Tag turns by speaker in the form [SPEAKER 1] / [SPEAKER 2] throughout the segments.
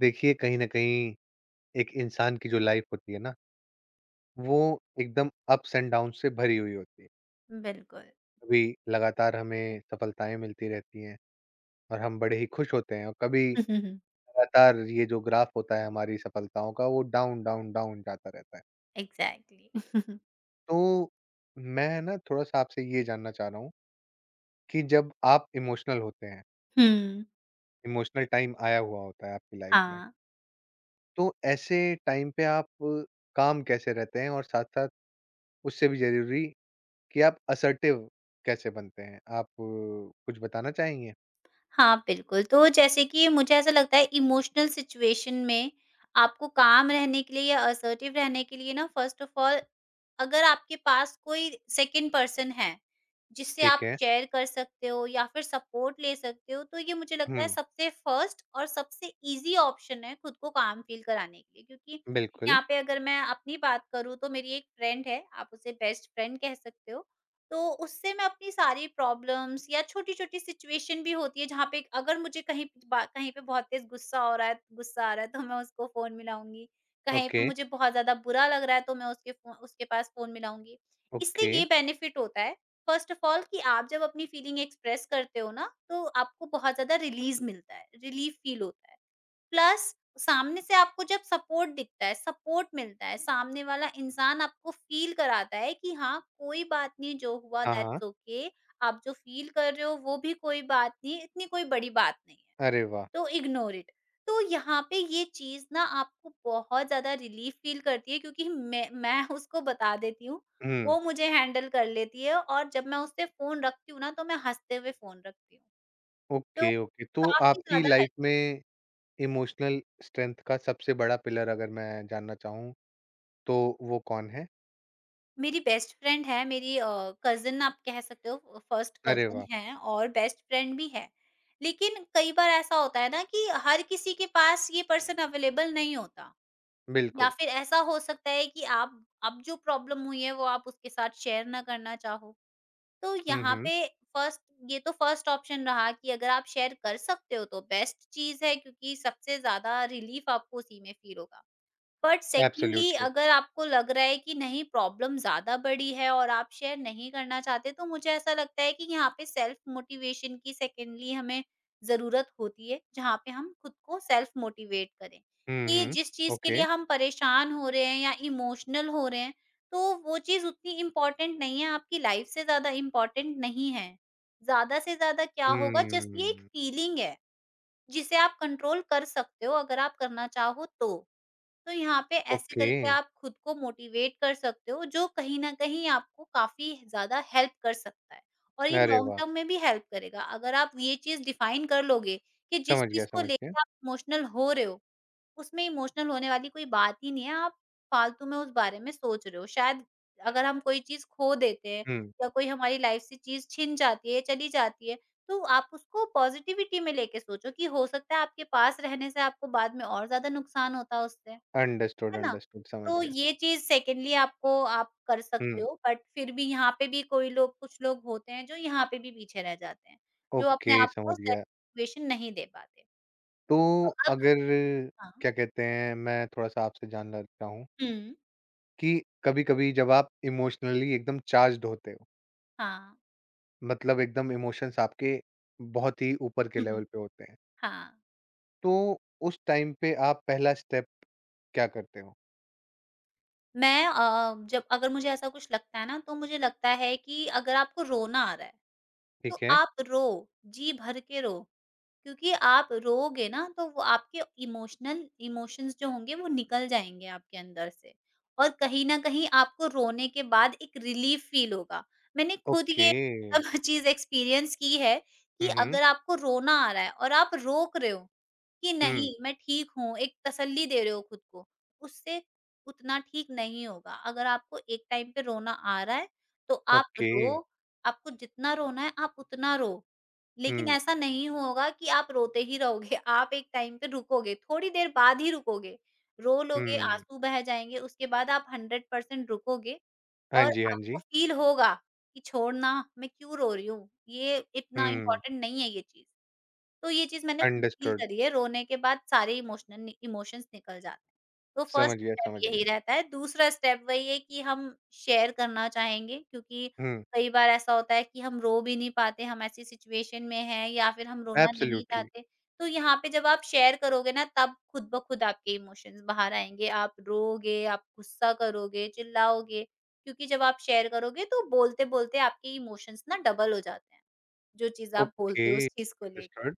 [SPEAKER 1] देखिए, कहीं न कहीं एक इंसान की जो लाइफ़ होती है ना, वो एकदम अप्स एंड डाउन से भरी हुई होती है।
[SPEAKER 2] बिल्कुल।
[SPEAKER 1] कभी लगातार हमें सफलताएँ मिलती रहती हैं और हम बड़े ही खुश होते हैं और कभी
[SPEAKER 2] हुँ, हुँ, हुँ।
[SPEAKER 1] लगातार ये जो ग्राफ़ होता है हमारी सफलताओं का वो डाउन, डाउन, डाउन जाता रहता है।
[SPEAKER 2] एग्ज़ैक्टली।
[SPEAKER 1] तो मैं ना थोड़ा-सा आपसे ये जानना चाह रहा हूँ कि जब आप इमोशनल होते हैं,
[SPEAKER 2] हुँ।
[SPEAKER 1] इमोशनल टाइम आया हुआ होता है आपकी लाइफ़ में,
[SPEAKER 2] हाँ।
[SPEAKER 1] तो ऐसे टाइम पे आप काम कैसे रहते हैं और साथ-साथ उससे भी ज़रूरी कि आप असर्टिव कैसे बनते हैं? आप कुछ बताना चाहेंगे?
[SPEAKER 2] हाँ, बिल्कुल। तो जैसे कि मुझे ऐसा लगता है इमोशनल सिचुएशन में आपको काम रहने के लिए या असर्टिव रहने के लिए ना फ़र्स्ट ऑफ़ ऑल अगर आपके पास कोई सेकंड पर्सन है, जिससे
[SPEAKER 1] ठीक
[SPEAKER 2] आप
[SPEAKER 1] है।
[SPEAKER 2] शेयर कर सकते हो या फिर सपोर्ट ले सकते हो, तो ये मुझे लगता है
[SPEAKER 1] हुँ,
[SPEAKER 2] सबसे फ़र्स्ट और सबसे ईज़ी ऑप्शन है खुद को काम फ़ील कराने के लिए। क्योंकि
[SPEAKER 1] बिल्कुल।
[SPEAKER 2] यहाँ पे अगर मैं अपनी बात करूँ तो मेरी एक फ्रेंड है, आप उसे बेस्ट फ्रेंड कह सकते हो। तो उससे मैं अपनी सारी प्रॉब्लम्स या छोटी-छोटी सिचुएशन भी होती है जहाँ पे अगर मुझे कहीं पे बहुत तेज़ गुस्सा हो रहा है, गुस्सा आ रहा है, तो मैं उसको फ़ोन मिलाऊँगी। कहीं पे
[SPEAKER 1] ओके,
[SPEAKER 2] मुझे बहुत ज़्यादा बुरा लग रहा है तो मैं उसके पास फ़ोन मिलाऊँगी। इससे
[SPEAKER 1] ओके।
[SPEAKER 2] ये बेनिफिट होता है फर्स्ट ऑफ ऑल कि आप जब अपनी फीलिंग एक्सप्रेस करते हो ना, तो आपको बहुत ज़्यादा रिलीज़ मिलता है, रिलीफ़ फील होता है। प्लस सामने से आपको जब सपोर्ट दिखता है, सपोर्ट मिलता है, सामने वाला इंसान आपको फ़ील कराता है कि हाँ, कोई बात नहीं, जो हुआ
[SPEAKER 1] हाँ, हाँ।
[SPEAKER 2] दैट्स ओके, आप जो फ़ील कर रहे हो वो भी कोई बात नहीं, इतनी कोई बड़ी बात नहीं है,
[SPEAKER 1] अरे वाह!
[SPEAKER 2] तो इग्नोर इट। तो यहाँ पे ये चीज़ ना आपको बहुत ज़्यादा रिलीफ़ फ़ील करती है, क्योंकि मैं उसको बता देती हूँ,
[SPEAKER 1] हुँ,
[SPEAKER 2] वो मुझे हैंडल कर लेती है और जब मैं उससे फ़ोन रखती हूँ ना, तो मैं हँसते हुए फ़ोन रखती हूँ। तो
[SPEAKER 1] ओके, ओके। तो
[SPEAKER 2] काफ़ी
[SPEAKER 1] आपकी
[SPEAKER 2] ज़्यादा
[SPEAKER 1] लाइफ़
[SPEAKER 2] हेल्पफुल।
[SPEAKER 1] में इमोशनल स्ट्रेंथ का सबसे बड़ा पिलर अगर मैं जानना चाहूँ, तो वो कौन है?
[SPEAKER 2] मेरी बेस्ट फ्रेंड है, मेरी कज़िन आप कह सकते हो, फर्स्ट
[SPEAKER 1] अरे
[SPEAKER 2] कज़िन
[SPEAKER 1] वाह!
[SPEAKER 2] है और बेस्ट फ्रेंड भी है। लेकिन कई बार ऐसा होता है ना कि हर किसी के पास ये पर्सन अवेलेबल नहीं होता, या
[SPEAKER 1] बिल्कुल।
[SPEAKER 2] फिर ऐसा हो सकता है कि आप अब जो प्रॉब्लम हुई है, वो आप उसके साथ शेयर ना करना चाहो। तो
[SPEAKER 1] हुँ,
[SPEAKER 2] यहाँ
[SPEAKER 1] हुँ।
[SPEAKER 2] पे फर्स्ट ये तो फर्स्ट ऑप्शन रहा कि अगर आप शेयर कर सकते हो तो बेस्ट चीज़ है, क्योंकि सबसे ज़्यादा रिलीफ आपको उसी में फील होगा। But secondly
[SPEAKER 1] absolutely.
[SPEAKER 2] अगर आपको लग रहा है कि नहीं, प्रॉब्लम ज़्यादा बड़ी है और आप शेयर नहीं करना चाहते, तो मुझे ऐसा लगता है कि यहाँ पे सेल्फ मोटिवेशन की सेकंडली हमें ज़रूरत होती है, जहाँ पे हम खुद को सेल्फ मोटिवेट करें।
[SPEAKER 1] हुँ,
[SPEAKER 2] कि
[SPEAKER 1] हुँ।
[SPEAKER 2] जिस चीज़ के
[SPEAKER 1] ओके।
[SPEAKER 2] लिए हम परेशान हो रहे हैं या इमोशनल हो रहे हैं, तो वो चीज़ उतनी इम्पोर्टेंट नहीं है, आपकी लाइफ से ज़्यादा इम्पोर्टेंट नहीं है। ज़्यादा से ज़्यादा क्या होगा, जस्ट ये एक
[SPEAKER 1] हुँ,
[SPEAKER 2] फीलिंग है, जिसे आप कंट्रोल कर सकते हो अगर आप करना चाहो तो। तो यहाँ पे ऐसे
[SPEAKER 1] ओके।
[SPEAKER 2] करके आप खुद को मोटिवेट कर सकते हो, जो कहीं न कहीं आपको काफ़ी ज़्यादा हेल्प कर सकता है और ये
[SPEAKER 1] अरे
[SPEAKER 2] लॉन्ग
[SPEAKER 1] वाह!
[SPEAKER 2] टर्म में भी हेल्प करेगा। अगर आप ये चीज़ डिफाइन कर लोगे कि जिस
[SPEAKER 1] समझ गया,
[SPEAKER 2] चीज़ को
[SPEAKER 1] समझ गया।
[SPEAKER 2] लेके आप इमोशनल हो रहे हो, उसमें इमोशनल होने वाली कोई बात ही नहीं है, आप फालतू में उस बारे में सोच रहे हो। शायद अगर हम कोई चीज़ खो देते हैं
[SPEAKER 1] हुँ।
[SPEAKER 2] या कोई हमारी लाइफ से चीज़ छिन जाती है, चली जाती है, तो आप उसको पॉज़िटिविटी में लेके सोचो कि हो सकता है आपके पास रहने से आपको बाद में और ज़्यादा नुकसान होता है उससे। है
[SPEAKER 1] अंडरस्टूड,
[SPEAKER 2] ना?
[SPEAKER 1] अंडरस्टूड, समझ
[SPEAKER 2] तो
[SPEAKER 1] गया।
[SPEAKER 2] ये चीज़ सेकेंडली आपको आप कर सकते
[SPEAKER 1] हुँ।
[SPEAKER 2] हो, बट फिर भी यहाँ पे भी कोई लोग कुछ लोग होते हैं जो यहाँ पे भी पीछे रह जाते हैं, जो अपने
[SPEAKER 1] ओके,
[SPEAKER 2] आप को
[SPEAKER 1] समझ गया।
[SPEAKER 2] सेटिस्फैक्शन नहीं दे पाते।
[SPEAKER 1] तो
[SPEAKER 2] तो अब।
[SPEAKER 1] अगर
[SPEAKER 2] हाँ।
[SPEAKER 1] क्या कहते हैं मैं थोड़ा-सा आपसे जानना चाहता हूँ
[SPEAKER 2] हुँ,
[SPEAKER 1] कि कभी-कभी जब आप इमोशनली एकदम चार्ज्ड होते हो,
[SPEAKER 2] हाँ।
[SPEAKER 1] मतलब एकदम इमोशंस आपके बहुत ही ऊपर के
[SPEAKER 2] हुँ, हुँ।
[SPEAKER 1] लेवल पे होते हैं,
[SPEAKER 2] हाँ।
[SPEAKER 1] तो उस टाइम पे आप पहला स्टेप क्या करते हो?
[SPEAKER 2] मैं जब अगर मुझे ऐसा कुछ लगता है ना, तो मुझे लगता है कि अगर आपको रोना आ रहा है,
[SPEAKER 1] ठीक
[SPEAKER 2] तो
[SPEAKER 1] है,
[SPEAKER 2] आप रो, जी भर के रो। क्योंकि आप रोओगे ना, तो वो आपके इमोशनल इमोशंस जो होंगे वो निकल जाएँगे आपके अंदर से और कहीं न कहीं आपको रोने के बाद एक रिलीफ़ फ़ील होगा। मैंने खुद
[SPEAKER 1] ओके।
[SPEAKER 2] ये सब चीज़ एक्सपीरियंस की है कि
[SPEAKER 1] हुँ, हुँ।
[SPEAKER 2] अगर आपको रोना आ रहा है और आप रोक रहे हो कि
[SPEAKER 1] हुँ,
[SPEAKER 2] नहीं, मैं ठीक हूँ, एक तसल्ली दे रहे हो खुद को, उससे उतना ठीक नहीं होगा। अगर आपको एक टाइम पे रोना आ रहा है, तो आप
[SPEAKER 1] ओके।
[SPEAKER 2] रो, आपको जितना रोना है आप उतना रो। लेकिन
[SPEAKER 1] हुँ,
[SPEAKER 2] ऐसा नहीं होगा कि आप रोते ही रहोगे, आप एक टाइम पे रुकोगे, थोड़ी देर बाद ही रुकोगे। रो लोगे,
[SPEAKER 1] हुँ।
[SPEAKER 2] आँसू बह जाएँगे, उसके बाद आप 100% रुकोगे
[SPEAKER 1] हाँ
[SPEAKER 2] और
[SPEAKER 1] जी, हाँ
[SPEAKER 2] आपको
[SPEAKER 1] जी।
[SPEAKER 2] फ़ील होगा कि छोड़ना, मैं क्यों रो रही हूँ? ये इतना
[SPEAKER 1] हुँ,
[SPEAKER 2] इम्पोर्टेंट नहीं है ये चीज़। तो ये चीज़ मैंने खुद फ़ील
[SPEAKER 1] अंडरस्टूड।
[SPEAKER 2] करी है, रोने के बाद सारे इमोशनल नि इमोशंस निकल जाते हैं। तो
[SPEAKER 1] समझ
[SPEAKER 2] फर्स्ट
[SPEAKER 1] गया,
[SPEAKER 2] स्टेप
[SPEAKER 1] समझ
[SPEAKER 2] यही
[SPEAKER 1] गया।
[SPEAKER 2] रहता है, दूसरा स्टेप वही है कि हम शेयर करना चाहेंगे, क्योंकि
[SPEAKER 1] हुँ,
[SPEAKER 2] कई बार ऐसा होता है कि हम रो भी नहीं पाते, हम ऐसी सिचुएशन में हैं या फिर हम रोना नहीं
[SPEAKER 1] एब्सोल्युटली।
[SPEAKER 2] चाहते। तो यहाँ पे जब आप शेयर करोगे ना, तब खुद ब खुद आपके इमोशंस बाहर आएँगे, आप रोओगे, आप गुस्सा करोगे, चिल्लाओगे, क्योंकि जब आप शेयर करोगे तो बोलते-बोलते आपके इमोशंस ना डबल हो जाते हैं, जो चीज़ आप
[SPEAKER 1] ओके,
[SPEAKER 2] बोलते हो उस चीज़ को लेके।
[SPEAKER 1] अंडरस्टूड,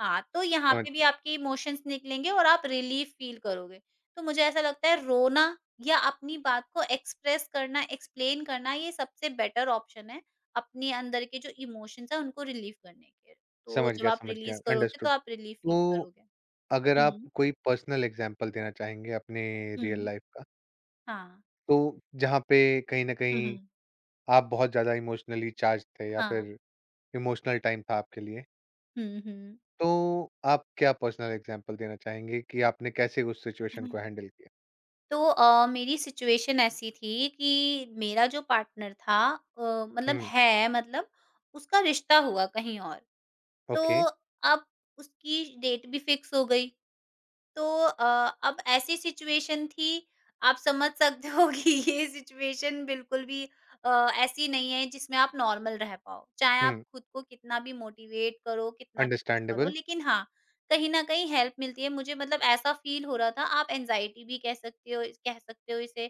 [SPEAKER 2] हाँ, तो यहाँ
[SPEAKER 1] समझ
[SPEAKER 2] पे भी
[SPEAKER 1] गया।
[SPEAKER 2] आपके इमोशंस निकलेंगे और आप रिलीफ फील करोगे। तो मुझे ऐसा लगता है रोना या अपनी बात को एक्सप्रेस करना, एक्सप्लेन करना ये सबसे बेटर ऑप्शन है, अपने अंदर के जो इमोशंस हैं उनको रिलीव करने के। तो
[SPEAKER 1] समझ
[SPEAKER 2] जब
[SPEAKER 1] गया,
[SPEAKER 2] आप
[SPEAKER 1] समझ गया,
[SPEAKER 2] रिलीज़ करोगे तो
[SPEAKER 1] अंडरस्टूड।
[SPEAKER 2] आप रिलीफ
[SPEAKER 1] तो
[SPEAKER 2] फील करोगे।
[SPEAKER 1] अगर आप
[SPEAKER 2] हुँ।
[SPEAKER 1] कोई पर्सनल एग्ज़ाम्पल देना चाहेंगे अपने रियल
[SPEAKER 2] हुँ।
[SPEAKER 1] लाइफ़ का,
[SPEAKER 2] हाँ।
[SPEAKER 1] तो जहाँ पे कहीं न
[SPEAKER 2] हुँ,
[SPEAKER 1] कहीं
[SPEAKER 2] हुँ।
[SPEAKER 1] आप बहुत ज़्यादा इमोशनली चार्ज्ड थे या
[SPEAKER 2] हाँ।
[SPEAKER 1] फिर इमोशनल टाइम था आपके लिए,
[SPEAKER 2] हुँ, हुँ।
[SPEAKER 1] तो आप क्या पर्सनल एग्ज़ाम्पल देना चाहेंगे कि आपने कैसे उस सिचुएशन को हैंडल किया?
[SPEAKER 2] तो मेरी सिचुएशन ऐसी थी कि मेरा जो पार्टनर था, मतलब
[SPEAKER 1] हुँ,
[SPEAKER 2] है मतलब उसका रिश्ता हुआ कहीं और। तो
[SPEAKER 1] ओके,
[SPEAKER 2] अब उसकी डेट भी फिक्स हो गई। तो अब ऐसी सिचुएशन थी, आप समझ सकते हो कि ये सिचुएशन बिल्कुल भी अ, ऐसी नहीं है जिसमें आप नॉर्मल रह पाओ। चाहे आप
[SPEAKER 1] हुँ,
[SPEAKER 2] खुद को कितना भी मोटिवेट करो, कितना भी कुछ करो,
[SPEAKER 1] अंडरस्टैंडेबल,
[SPEAKER 2] लेकिन हाँ, कहीं न कहीं हेल्प मिलती है। मुझे मतलब ऐसा फ़ील हो रहा था, आप एंग्ज़ायटी भी कह सकते हो इसे,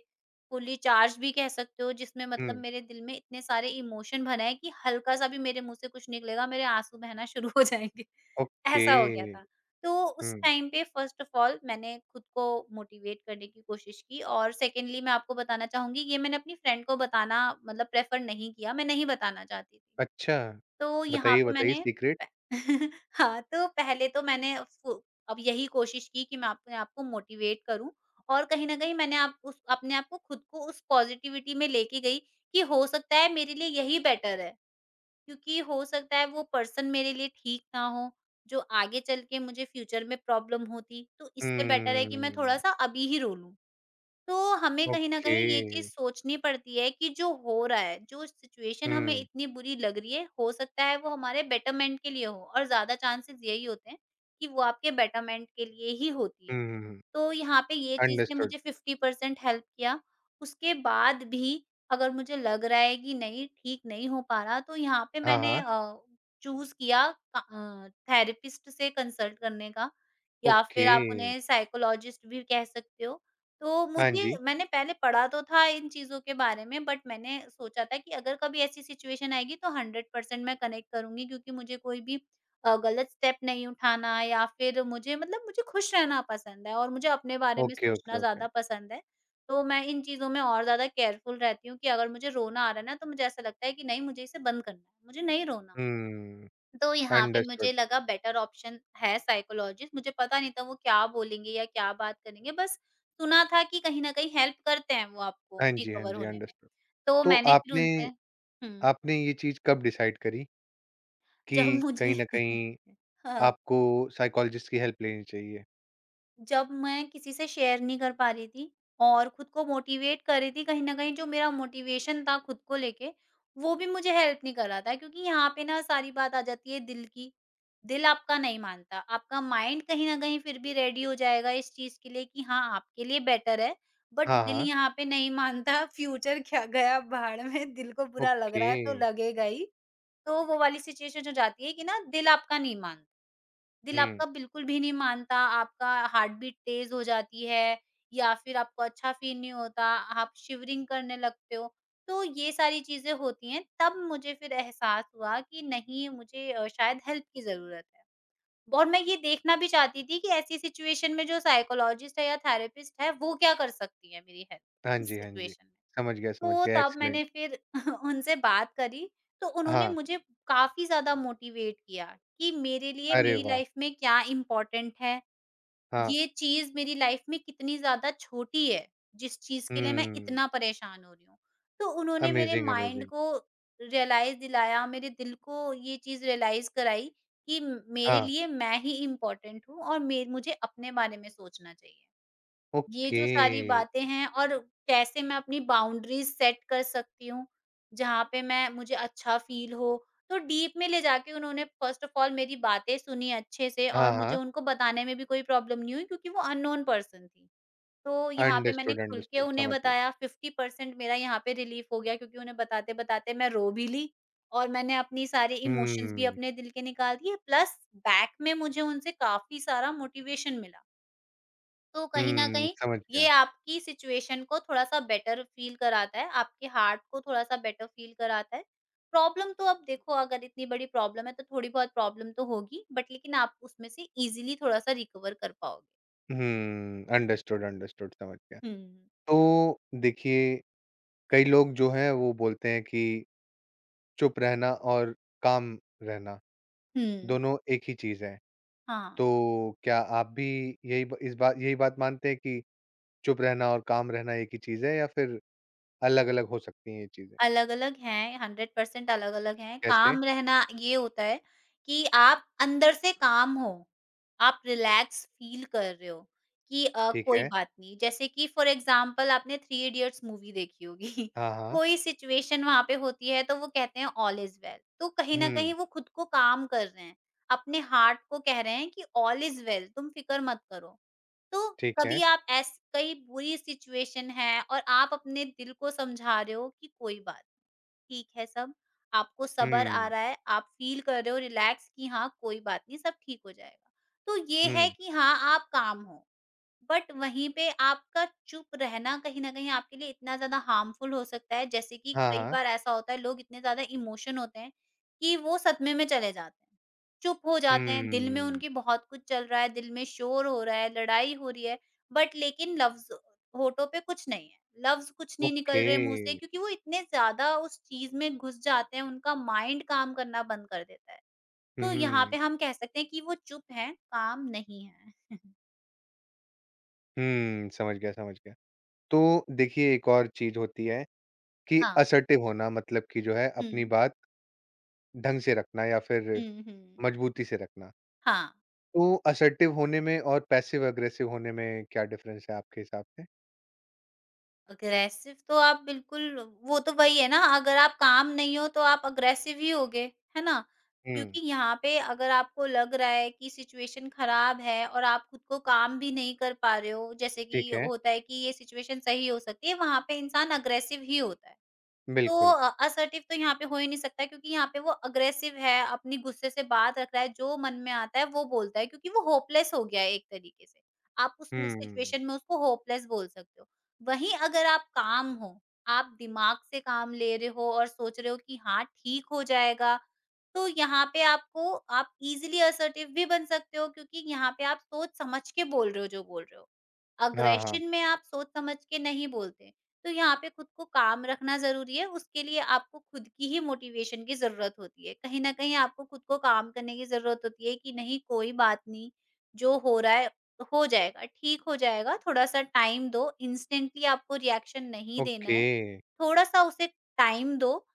[SPEAKER 2] फुल्ली चार्ज भी कह सकते हो, जिसमें मतलब
[SPEAKER 1] हुँ,
[SPEAKER 2] मेरे दिल में इतने सारे इमोशन भरे हैं कि हल्का-सा भी मेरे मुँह से कुछ निकलेगा, मेरे आँसू बहना शुरू हो जाएँगे।
[SPEAKER 1] ओके,
[SPEAKER 2] ऐसा हो गया था। तो उस
[SPEAKER 1] हुँ,
[SPEAKER 2] टाइम पे फ़र्स्ट ऑफ़ ऑल मैंने खुद को मोटिवेट करने की कोशिश की और सेकंडली मैं आपको बताना चाहूँगी, ये मैंने अपनी फ्रेंड को बताना मतलब प्रेफ़र नहीं किया, मैं नहीं बताना चाहती थी।
[SPEAKER 1] अच्छा।
[SPEAKER 2] तो यहाँ
[SPEAKER 1] बताइए,
[SPEAKER 2] पे
[SPEAKER 1] बताइए
[SPEAKER 2] मैंने
[SPEAKER 1] सीक्रेट?
[SPEAKER 2] हाँ, तो पहले तो मैंने उसको अब यही कोशिश की कि मैं अपने आप को मोटिवेट करूँ और कहीं न कहीं मैंने आप उस अपने आप को खुद को उस पॉज़िटिविटी में लेके गई कि हो सकता है मेरे लिए यही बेटर है। क्योंकि हो सकता है वो पर्सन मेरे लिए ठीक ना हो, जो आगे चल के मुझे फ्यूचर में प्रॉब्लम होती, तो इससे बेटर है कि मैं
[SPEAKER 1] हुँ,
[SPEAKER 2] थोड़ा-सा अभी ही रो लूँ। तो हमें कहीं न
[SPEAKER 1] ओके,
[SPEAKER 2] कहीं ये चीज़ सोचनी पड़ती है कि जो हो रहा है, जो सिचुएशन हमें
[SPEAKER 1] हुँ,
[SPEAKER 2] इतनी बुरी लग रही है, हो सकता है वो हमारे बेटरमेंट के लिए हो और ज़्यादा चांसेस यही होते हैं कि वो आपके बेटरमेंट के लिए ही होती
[SPEAKER 1] हुँ,
[SPEAKER 2] है।
[SPEAKER 1] हुँ, हुँ,
[SPEAKER 2] तो यहाँ पे ये चीज़ ने
[SPEAKER 1] अंडरस्टूड।
[SPEAKER 2] मुझे 50% हेल्प किया। उसके बाद भी अगर मुझे लग रहा है कि नहीं ठीक नहीं हो पा रहा, तो यहाँ पे
[SPEAKER 1] हाँ,
[SPEAKER 2] मैंने
[SPEAKER 1] हाँ।
[SPEAKER 2] चूज़ किया अ, थेरेपिस्ट से कंसल्ट करने का या
[SPEAKER 1] ओके।
[SPEAKER 2] फिर आप उन्हें साइकोलॉजिस्ट भी कह सकते हो। तो
[SPEAKER 1] हाँ
[SPEAKER 2] मुझे
[SPEAKER 1] जी।
[SPEAKER 2] मैंने पहले पढ़ा तो था इन चीज़ों के बारे में, बट मैंने सोचा था कि अगर कभी ऐसी सिचुएशन आएगी तो 100% मैं कनेक्ट करूँगी, क्योंकि मुझे कोई भी गलत स्टेप नहीं उठाना, या फिर मुझे मतलब मुझे खुश रहना पसंद है और मुझे अपने बारे में
[SPEAKER 1] ओके, ओके,
[SPEAKER 2] सोचना
[SPEAKER 1] ओके।
[SPEAKER 2] ज़्यादा पसंद है। तो मैं इन चीज़ों में और ज़्यादा केयरफुल रहती हूँ कि अगर मुझे रोना आ रहा है ना, तो मुझे ऐसा लगता है कि नहीं, मुझे इसे बंद करना है, मुझे नहीं रोना।
[SPEAKER 1] हुँ,
[SPEAKER 2] तो यहाँ पे
[SPEAKER 1] अंडरस्टूड।
[SPEAKER 2] मुझे लगा बेटर ऑप्शन है साइकोलॉजिस्ट, मुझे पता नहीं था वो क्या बोलेंगे या क्या बात करेंगे, बस सुना था कि कहीं न कहीं हेल्प करते हैं वो आपको
[SPEAKER 1] हाँ जी, हाँ
[SPEAKER 2] रिकवर
[SPEAKER 1] जी,
[SPEAKER 2] होने में।
[SPEAKER 1] अंडरस्टूड।
[SPEAKER 2] तो
[SPEAKER 1] तो
[SPEAKER 2] मैंने फिर
[SPEAKER 1] आपने
[SPEAKER 2] उनसे। हुँ,
[SPEAKER 1] आपने ये चीज़ कब डिसाइड करी कि
[SPEAKER 2] जब
[SPEAKER 1] कहीं
[SPEAKER 2] मुझे
[SPEAKER 1] न कहीं
[SPEAKER 2] हाँ।
[SPEAKER 1] आपको साइकोलॉजिस्ट की हेल्प लेनी चाहिए?
[SPEAKER 2] जब मैं किसी से शेयर नहीं कर पा रही थी और खुद को मोटिवेट कर रही थी, कहीं न कहीं जो मेरा मोटिवेशन था खुद को लेके, वो भी मुझे हेल्प नहीं कर रहा था, क्योंकि यहाँ पे ना सारी बात आ जाती है दिल की। दिल आपका नहीं मानता, आपका माइंड कहीं न कहीं फिर भी रेडी हो जाएगा इस चीज़ के लिए कि हाँ, आपके लिए बेटर है, बट
[SPEAKER 1] हाँ,
[SPEAKER 2] दिल
[SPEAKER 1] हाँ।
[SPEAKER 2] यहाँ पे नहीं मानता, फ्यूचर क्या गया भाड़ में, दिल को बुरा लग
[SPEAKER 1] ओके।
[SPEAKER 2] रहा है तो लगेगा ही। तो वो वाली सिचुएशन हो जाती है कि ना दिल आपका नहीं मानता। दिल
[SPEAKER 1] हुँ।
[SPEAKER 2] आपका बिल्कुल भी नहीं मानता, आपका हार्ट बीट तेज़ हो जाती है या फिर आपको अच्छा फ़ील नहीं होता, आप शिवरिंग करने लगते हो। तो ये सारी चीज़ें होती हैं, तब मुझे फिर एहसास हुआ कि नहीं, मुझे शायद हेल्प की ज़रूरत है। और मैं ये देखना भी चाहती थी कि ऐसी सिचुएशन में जो साइकोलॉजिस्ट है या थेरेपिस्ट है, वो क्या कर सकती है मेरी हेल्प
[SPEAKER 1] हाँ
[SPEAKER 2] इस
[SPEAKER 1] जी, हाँ जी।
[SPEAKER 2] सिचुएशन में।
[SPEAKER 1] समझ गया, समझ
[SPEAKER 2] तो
[SPEAKER 1] गया।
[SPEAKER 2] तब
[SPEAKER 1] एक्सीलेंट।
[SPEAKER 2] मैंने फिर उनसे बात करी, तो उन्होंने
[SPEAKER 1] हाँ।
[SPEAKER 2] मुझे काफ़ी ज़्यादा मोटिवेट किया कि मेरे लिए
[SPEAKER 1] अरे
[SPEAKER 2] मेरी
[SPEAKER 1] वाह!
[SPEAKER 2] लाइफ़ में क्या इम्पोर्टेंट है,
[SPEAKER 1] हाँ।
[SPEAKER 2] ये चीज़ मेरी लाइफ़ में कितनी ज़्यादा छोटी है, जिस चीज़ के लिए मैं
[SPEAKER 1] हुँ।
[SPEAKER 2] इतना परेशान हो रही हूँ। तो उन्होंने मेरे
[SPEAKER 1] अमेज़िंग,
[SPEAKER 2] माइंड
[SPEAKER 1] अमेज़िंग।
[SPEAKER 2] को रियलाइज़ दिलाया, मेरे दिल को ये चीज़ रियलाइज़ कराई कि मेरे
[SPEAKER 1] हाँ।
[SPEAKER 2] लिए मैं ही इम्पोर्टेंट हूँ और मे मुझे अपने बारे में सोचना चाहिए। ये
[SPEAKER 1] ओके।
[SPEAKER 2] जो सारी बातें हैं और कैसे मैं अपनी बाउंड्रीज़ सेट कर सकती हूँ, जहाँ पे मैं मुझे अच्छा फ़ील हो। तो डीप में ले जाके उन्होंने फ़र्स्ट ऑफ़ ऑल मेरी बातें सुनी अच्छे से,
[SPEAKER 1] हाँ,
[SPEAKER 2] और मुझे
[SPEAKER 1] हाँ।
[SPEAKER 2] उनको बताने में भी कोई प्रॉब्लम नहीं हुई क्योंकि वो अननोन पर्सन थी। तो यहाँ पे मैंने
[SPEAKER 1] अंडरस्टूड,
[SPEAKER 2] खुल के
[SPEAKER 1] अंडरस्टूड।
[SPEAKER 2] उन्हें
[SPEAKER 1] समझ गया।
[SPEAKER 2] बताया, 50% मेरा यहाँ पे रिलीफ़ हो गया क्योंकि उन्हें बताते-बताते मैं रो भी ली, और मैंने अपनी सारी इमोशंस भी
[SPEAKER 1] हुँ।
[SPEAKER 2] अपने दिल के निकाल दिए, प्लस बैक में मुझे उनसे काफ़ी सारा मोटिवेशन मिला। तो कहीं न
[SPEAKER 1] हुँ,
[SPEAKER 2] कहीं
[SPEAKER 1] समझ
[SPEAKER 2] ये
[SPEAKER 1] गया।
[SPEAKER 2] आपकी सिचुएशन को थोड़ा-सा बेटर फ़ील कराता है, आपके हार्ट को थोड़ा-सा बेटर फ़ील कराता है। प्रॉब्लम तो, अब देखो, अगर इतनी बड़ी प्रॉब्लम है तो थोड़ी बहुत प्रॉब्लम तो होगी, बट लेकिन आप उसमें से ईज़िली थोड़ा-सा रिकवर कर पाओगे।
[SPEAKER 1] हुँ, अंडरस्टूड, अंडरस्टूड समझ गया।
[SPEAKER 2] हुँ।
[SPEAKER 1] तो देखिए, कई लोग जो हैं वो बोलते हैं कि चुप रहना और काम रहना
[SPEAKER 2] हुँ,
[SPEAKER 1] दोनों एक ही चीज़ है।
[SPEAKER 2] हाँ।
[SPEAKER 1] तो क्या आप भी यही ब इस बा यही बात मानते हैं कि चुप रहना और काम रहना एक ही चीज़ है या फिर अलग-अलग हो सकती हैं ये चीज़ें?
[SPEAKER 2] अलग-अलग हैं, 100% अलग-अलग हैं।
[SPEAKER 1] कैसे?
[SPEAKER 2] काम रहना ये होता है कि आप अंदर से काम हो, आप रिलैक्स फ़ील कर रहे हो कि
[SPEAKER 1] ठीक
[SPEAKER 2] कोई
[SPEAKER 1] है।
[SPEAKER 2] बात नहीं। जैसे कि फ़ॉर एग्ज़ाम्पल, आपने थ्री इडियट्स मूवी देखी होगी।
[SPEAKER 1] हाँ, हाँ।
[SPEAKER 2] कोई सिचुएशन वहाँ पे होती है तो वो कहते हैं ऑल इज़ वेल। तो कहीं न
[SPEAKER 1] हुँ,
[SPEAKER 2] कहीं वो खुद को काम कर रहे हैं, अपने हार्ट को कह रहे हैं कि ऑल इज़ वेल, तुम फ़िक्र मत करो। तो
[SPEAKER 1] ठीक है।
[SPEAKER 2] कभी आप ऐस कई बुरी सिचुएशन है और आप अपने दिल को समझा रहे हो कि कोई बात, ठीक है सब, आपको सब्र आ
[SPEAKER 1] हुँ,
[SPEAKER 2] रहा है, आप फ़ील कर रहे हो रिलैक्स कि हाँ, कोई बात नहीं, सब ठीक हो जाएगा। तो ये है
[SPEAKER 1] हुँ।
[SPEAKER 2] कि हाँ, आप काम हो। बट वहीं पे आपका चुप रहना कहीं न कहीं आपके लिए इतना ज़्यादा हार्मफुल हो सकता है, जैसे कि
[SPEAKER 1] हाँ,
[SPEAKER 2] कई
[SPEAKER 1] हाँ।
[SPEAKER 2] बार ऐसा होता है, लोग इतने ज़्यादा इमोशन होते हैं कि वो सदमे में चले जाते हैं। चुप हो जाते हैं, दिल में
[SPEAKER 1] हुँ,
[SPEAKER 2] उनकी बहुत कुछ चल रहा है, दिल में शोर हो रहा है, लड़ाई हो रही है, बट लेकिन लफ्ज़ होठों पे कुछ नहीं है। लफ्ज़ कुछ नहीं निकल
[SPEAKER 1] ओके।
[SPEAKER 2] रहे मुँह से, क्योंकि वो इतने ज़्यादा उस चीज़ में घुस जाते हैं, उनका माइंड काम करना बंद कर देता है। तो यहाँ
[SPEAKER 1] हुँ,
[SPEAKER 2] पे हम कह सकते हैं कि वो चुप हैं, काम नहीं है।
[SPEAKER 1] हुँ, समझ गया, समझ गया। तो देखिए एक और चीज़ होती है कि
[SPEAKER 2] हाँ।
[SPEAKER 1] असर्टिव होना मतलब कि जो है अपनी
[SPEAKER 2] हुँ।
[SPEAKER 1] बात ढंग से रखना या फिर
[SPEAKER 2] हुँ, हुँ।
[SPEAKER 1] मजबूती से रखना।
[SPEAKER 2] हाँ,
[SPEAKER 1] तो असर्टिव होने में और पैसिव अग्रेसिव होने में क्या डिफ़रेंस है आपके हिसाब से?
[SPEAKER 2] अग्रेसिव तो आप बिल्कुल, वो तो वही है ना, अगर आप काम नहीं हो तो आप अग्रेसिव ही होगे, है ना?
[SPEAKER 1] हुँ,
[SPEAKER 2] क्योंकि यहाँ पे अगर आपको लग रहा है कि सिचुएशन खराब है और आप खुद को काम भी नहीं कर पा रहे हो, जैसे कि
[SPEAKER 1] ठीक है,
[SPEAKER 2] होता है कि ये सिचुएशन सही हो सकती है, वहाँ पे इंसान अग्रेसिव ही होता है। तो
[SPEAKER 1] बिल्कुल।
[SPEAKER 2] असर्टिव तो यहाँ पे हो ही नहीं सकता क्योंकि यहाँ पे वो अग्रेसिव है, अपनी गुस्से से बात रख रहा है, जो मन में आता है वो बोलता है क्योंकि वो होपलेस हो गया है एक तरीके से। आप उस म
[SPEAKER 1] हुँ,
[SPEAKER 2] सिचुएशन में उसको होपलेस बोल सकते हो। वहीं अगर आप काम हो, आप दिमाग से काम ले रहे हो और सोच रहे हो कि हाँ, ठीक हो जाएगा, तो यहाँ पे आपको आप ईज़िली असर्टिव भी बन सकते हो, क्योंकि यहाँ पे आप सोच समझ के बोल रहे हो जो बोल रहे हो।
[SPEAKER 1] हाँ, हाँ,
[SPEAKER 2] अग्रेशन में आप सोच समझ के नहीं बोलते। तो यहाँ पे खुद को काम रखना ज़रूरी है, उसके लिए आपको खुद की ही मोटिवेशन की ज़रूरत होती है। कहीं न कहीं आपको खुद को काम करने की ज़रूरत होती है कि नहीं, कोई बात नहीं, जो हो रहा है हो जाएगा, ठीक हो जाएगा, थोड़ा-सा टाइम दो, इंस्टेंटली आपको रिएक्शन नहीं देना
[SPEAKER 1] ओके,
[SPEAKER 2] है, थोड़ा-सा उसे टाइम दो,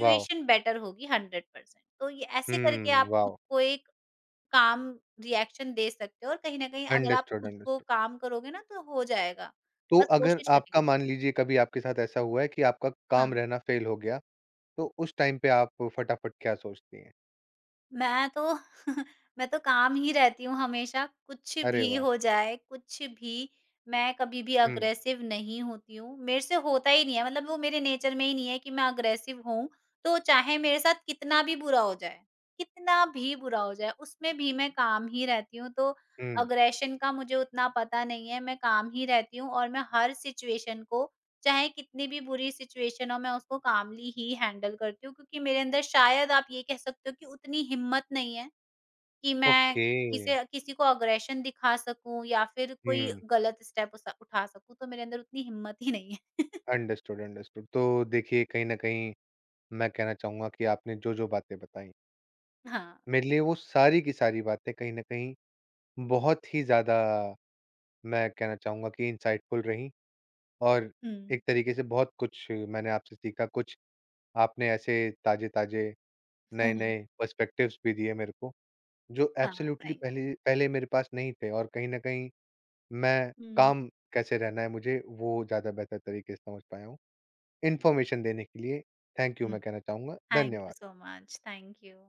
[SPEAKER 1] वॉव!
[SPEAKER 2] बेटर होगी 100%। तो ये ऐसे करके
[SPEAKER 1] हुँ,
[SPEAKER 2] आप खुद
[SPEAKER 1] वॉव!
[SPEAKER 2] को एक काम रिएक्शन दे सकते हो, और कहीं न कहीं अगर आप
[SPEAKER 1] अंडरस्टूड,
[SPEAKER 2] खुद को
[SPEAKER 1] अंडरस्टूड।
[SPEAKER 2] काम करोगे ना तो हो जाएगा,
[SPEAKER 1] तो
[SPEAKER 2] बस
[SPEAKER 1] अगर
[SPEAKER 2] कोशिश करने
[SPEAKER 1] आपका
[SPEAKER 2] की देर
[SPEAKER 1] मान
[SPEAKER 2] है।
[SPEAKER 1] लीजिए कभी आपके साथ ऐसा हुआ है कि आपका काम
[SPEAKER 2] हाँ।
[SPEAKER 1] रहना फ़ेल हो गया, तो उस टाइम पे आप फटाफट क्या सोचती हैं?
[SPEAKER 2] मैं तो मैं तो काम ही रहती हूँ हमेशा, कुछ
[SPEAKER 1] अरे
[SPEAKER 2] भी
[SPEAKER 1] वाह!
[SPEAKER 2] हो जाए, कुछ भी, मैं कभी भी
[SPEAKER 1] हुँ,
[SPEAKER 2] अग्रेसिव नहीं होती हूँ। मेरे से होता ही नहीं है, मतलब वो मेरे नेचर में ही नहीं है कि मैं अग्रेसिव हूँ, तो चाहे मेरे साथ कितना भी बुरा हो जाए, कितना भी बुरा हो जाए, उसमें भी मैं काम ही रहती हूँ। तो
[SPEAKER 1] हुँ,
[SPEAKER 2] अग्रेशन का मुझे उतना पता नहीं है, मैं काम ही रहती हूँ, और मैं हर सिचुएशन को, चाहे कितनी भी बुरी सिचुएशन हो, मैं उसको कामली ही हैंडल करती हूँ, क्योंकि मेरे अंदर, शायद आप ये कह सकते हो कि उतनी हिम्मत नहीं है कि मैं
[SPEAKER 1] ओके।
[SPEAKER 2] किसे किसी को अग्रेशन दिखा सकूँ या फिर कोई
[SPEAKER 1] हुँ।
[SPEAKER 2] गलत स्टेप उठा सकूँ, तो मेरे अंदर उतनी हिम्मत ही नहीं है।
[SPEAKER 1] Understood, understood. तो देखिए कहीं न कहीं मैं कहना चाहूँगा कि आपने जो-जो बातें बताई,
[SPEAKER 2] हाँ।
[SPEAKER 1] मेरे लिए वो सारी की सारी बातें कहीं न कहीं बहुत ही ज़्यादा मैं कहना चाहूँगा कि इनसाइटफुल रहीं और
[SPEAKER 2] हुँ।
[SPEAKER 1] एक तरीके से बहुत कुछ मैंने आपसे सीखा, कुछ आपने ऐसे ताज़े-ताज़े, नए-नए पर्सपेक्टिव्स भी दिए मेरे को, जो
[SPEAKER 2] हाँ,
[SPEAKER 1] एब्सोल्यूटली
[SPEAKER 2] थैंक यू।
[SPEAKER 1] पहले पहले मेरे पास नहीं थे और कहीं न कहीं मैं
[SPEAKER 2] हुँ,
[SPEAKER 1] काम कैसे रहना है मुझे, वो ज़्यादा बेहतर तरीके से समझ पाया हूँ। इन्फॉर्मेशन देने के लिए थैंक यू
[SPEAKER 2] हुँ।
[SPEAKER 1] मैं कहना चाहूँगा।
[SPEAKER 2] थैंक यू सो
[SPEAKER 1] धन्यवाद।
[SPEAKER 2] मच। Thank you.